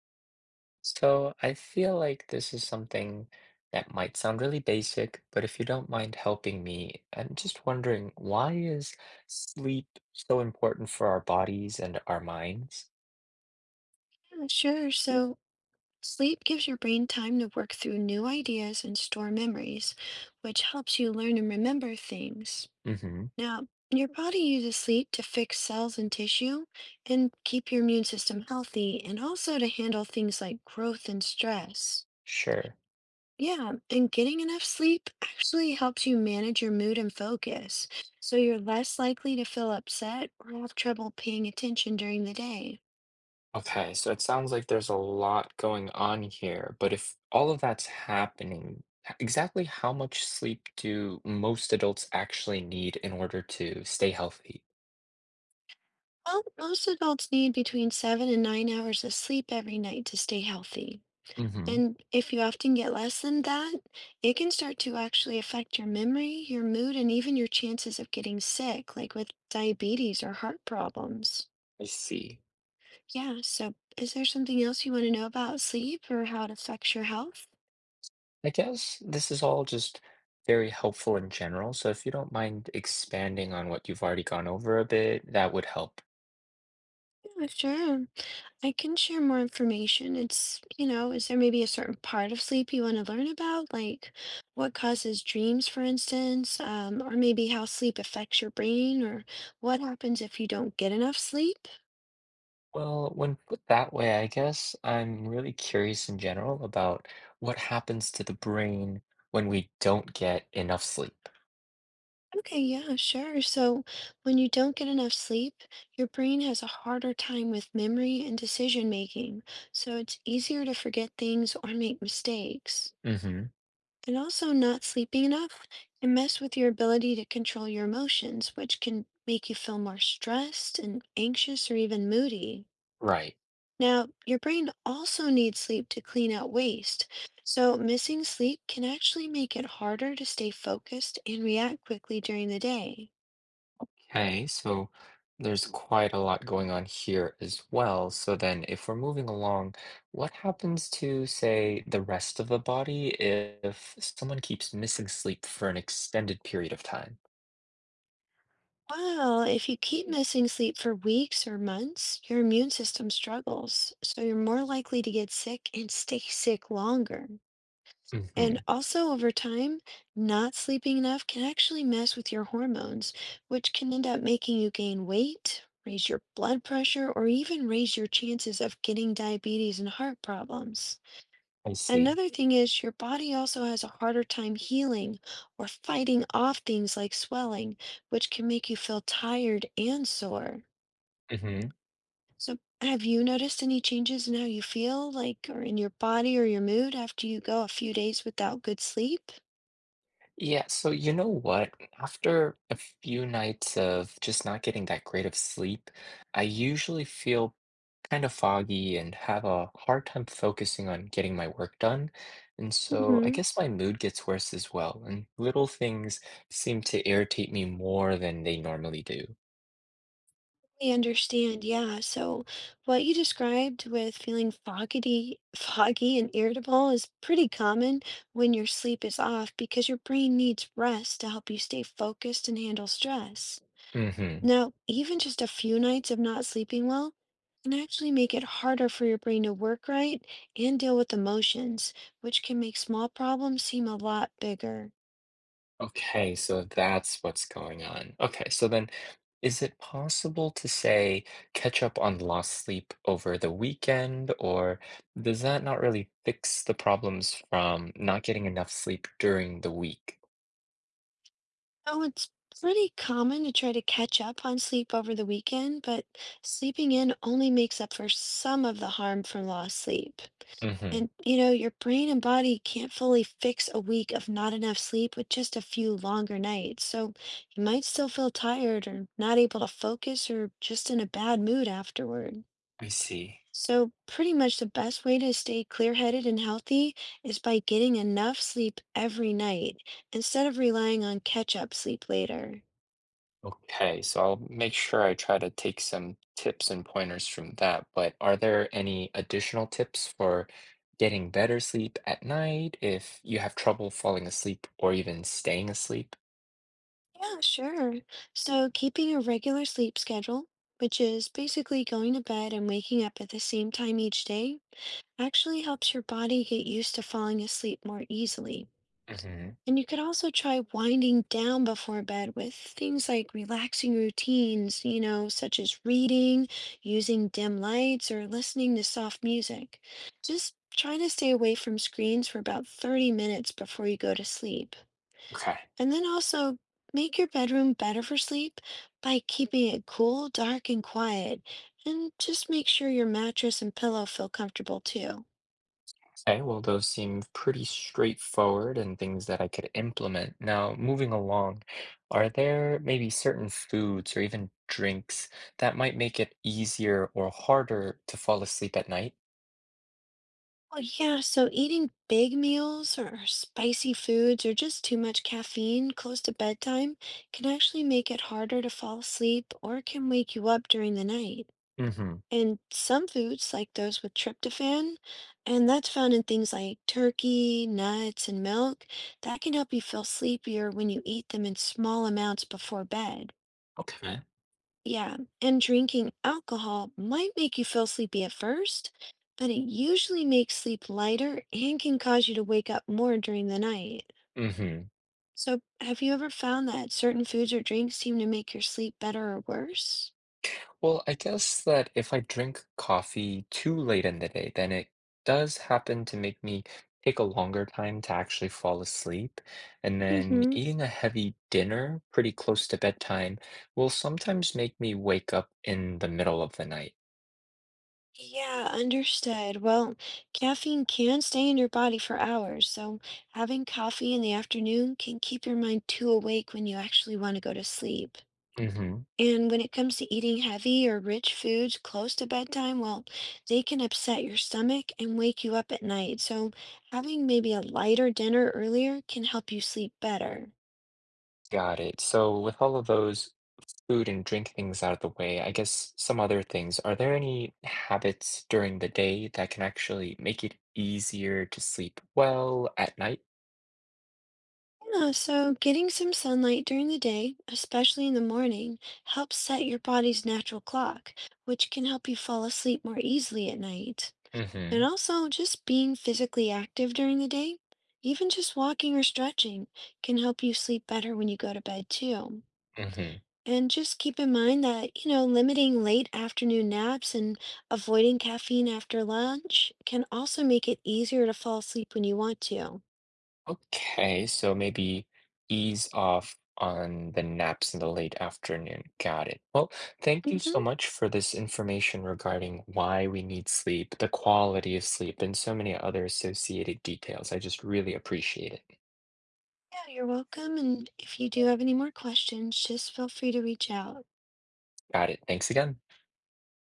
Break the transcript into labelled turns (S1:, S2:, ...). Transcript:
S1: So I feel like this is something that might sound really basic, but if you don't mind helping me, I'm just wondering why is sleep so important for our bodies and our minds?
S2: Yeah, sure. So, sleep gives your brain time to work through new ideas and store memories, which helps you learn and remember things.
S1: Mm-hmm.
S2: Now, your body uses sleep to fix cells and tissue and keep your immune system healthy, and also to handle things like growth and stress.
S1: Sure.
S2: Yeah, and getting enough sleep actually helps you manage your mood and focus, so you're less likely to feel upset or have trouble paying attention during the day.
S1: Okay, so it sounds like there's a lot going on here, but if all of that's happening, exactly how much sleep do most adults actually need in order to stay healthy?
S2: Well, most adults need between 7 and 9 hours of sleep every night to stay healthy.
S1: Mm-hmm.
S2: And if you often get less than that, it can start to actually affect your memory, your mood, and even your chances of getting sick, like with diabetes or heart problems.
S1: I see.
S2: Yeah, so is there something else you want to know about sleep or how it affects your health?
S1: I guess this is all just very helpful in general. So if you don't mind expanding on what you've already gone over a bit, that would help.
S2: Yeah, sure. I can share more information. Is there maybe a certain part of sleep you want to learn about? Like what causes dreams, for instance, or maybe how sleep affects your brain, or what happens if you don't get enough sleep?
S1: Well, when put that way, I guess I'm really curious in general about what happens to the brain when we don't get enough sleep.
S2: Okay, yeah, sure. So when you don't get enough sleep, your brain has a harder time with memory and decision making. So it's easier to forget things or make mistakes.
S1: Hmm.
S2: And also, not sleeping enough can mess with your ability to control your emotions, which can make you feel more stressed and anxious or even moody.
S1: Right.
S2: Now, your brain also needs sleep to clean out waste, so missing sleep can actually make it harder to stay focused and react quickly during the day.
S1: Okay, so there's quite a lot going on here as well. So then, if we're moving along, what happens to, say, the rest of the body if someone keeps missing sleep for an extended period of time?
S2: Well, if you keep missing sleep for weeks or months, your immune system struggles, so you're more likely to get sick and stay sick longer.
S1: Hmm.
S2: And also, over time, not sleeping enough can actually mess with your hormones, which can end up making you gain weight, raise your blood pressure, or even raise your chances of getting diabetes and heart problems.
S1: I see.
S2: Another thing is, your body also has a harder time healing or fighting off things like swelling, which can make you feel tired and sore.
S1: Hmm.
S2: So, have you noticed any changes in how you feel, like, or in your body or your mood after you go a few days without good sleep?
S1: Yeah, so you know what? After a few nights of just not getting that great of sleep, I usually feel kind of foggy and have a hard time focusing on getting my work done. And so I
S2: Mhm.
S1: guess my mood gets worse as well, and little things seem to irritate me more than they normally do.
S2: I understand, yeah. So what you described with feeling foggy and irritable is pretty common when your sleep is off because your brain needs rest to help you stay focused and handle stress.
S1: Mm-hmm.
S2: Now, even just a few nights of not sleeping well can actually make it harder for your brain to work right and deal with emotions, which can make small problems seem a lot bigger.
S1: Okay, so that's what's going on. Okay, so then is it possible to say catch up on lost sleep over the weekend, or does that not really fix the problems from not getting enough sleep during the week?
S2: Oh, it's pretty common to try to catch up on sleep over the weekend, but sleeping in only makes up for some of the harm from lost sleep.
S1: Mm-hmm.
S2: And your brain and body can't fully fix a week of not enough sleep with just a few longer nights. So you might still feel tired or not able to focus or just in a bad mood afterward.
S1: I see.
S2: So, pretty much the best way to stay clear-headed and healthy is by getting enough sleep every night instead of relying on catch-up sleep later.
S1: Okay, so I'll make sure I try to take some tips and pointers from that. But are there any additional tips for getting better sleep at night if you have trouble falling asleep or even staying asleep?
S2: Yeah, sure. So, keeping a regular sleep schedule, which is basically going to bed and waking up at the same time each day, actually helps your body get used to falling asleep more easily.
S1: Hmm.
S2: And you could also try winding down before bed with things like relaxing routines, such as reading, using dim lights, or listening to soft music. Just trying to stay away from screens for about 30 minutes before you go to sleep.
S1: Okay.
S2: And then also make your bedroom better for sleep by keeping it cool, dark, and quiet. And just make sure your mattress and pillow feel comfortable too.
S1: Okay, well, those seem pretty straightforward and things that I could implement. Now, moving along, are there maybe certain foods or even drinks that might make it easier or harder to fall asleep at night?
S2: Oh, yeah, so eating big meals or spicy foods or just too much caffeine close to bedtime can actually make it harder to fall asleep or can wake you up during the night.
S1: Hmm.
S2: And some foods, like those with tryptophan, and that's found in things like turkey, nuts, and milk, that can help you feel sleepier when you eat them in small amounts before bed.
S1: Okay.
S2: Yeah, and drinking alcohol might make you feel sleepy at first, but it usually makes sleep lighter and can cause you to wake up more during the night.
S1: Hmm.
S2: So, have you ever found that certain foods or drinks seem to make your sleep better or worse?
S1: Well, I guess that if I drink coffee too late in the day, then it does happen to make me take a longer time to actually fall asleep. And then
S2: Mm-hmm.
S1: eating a heavy dinner pretty close to bedtime will sometimes make me wake up in the middle of the night.
S2: Yeah, understood. Well, caffeine can stay in your body for hours, so having coffee in the afternoon can keep your mind too awake when you actually want to go to sleep.
S1: Hmm.
S2: And when it comes to eating heavy or rich foods close to bedtime, well, they can upset your stomach and wake you up at night. So having maybe a lighter dinner earlier can help you sleep better.
S1: Got it. So with all of those food and drink things out of the way, I guess some other things. Are there any habits during the day that can actually make it easier to sleep well at night?
S2: Yeah, so getting some sunlight during the day, especially in the morning, helps set your body's natural clock, which can help you fall asleep more easily at night. And
S1: Hmm.
S2: also, just being physically active during the day, even just walking or stretching, can help you sleep better when you go to bed too.
S1: Hmm.
S2: And just keep in mind that, limiting late afternoon naps and avoiding caffeine after lunch can also make it easier to fall asleep when you want to.
S1: Okay, so maybe ease off on the naps in the late afternoon. Got it. Well, thank you so
S2: Hmm.
S1: much for this information regarding why we need sleep, the quality of sleep, and so many other associated details. I just really appreciate it.
S2: Yeah, you're welcome. And if you do have any more questions, just feel free to reach out.
S1: Got it. Thanks again.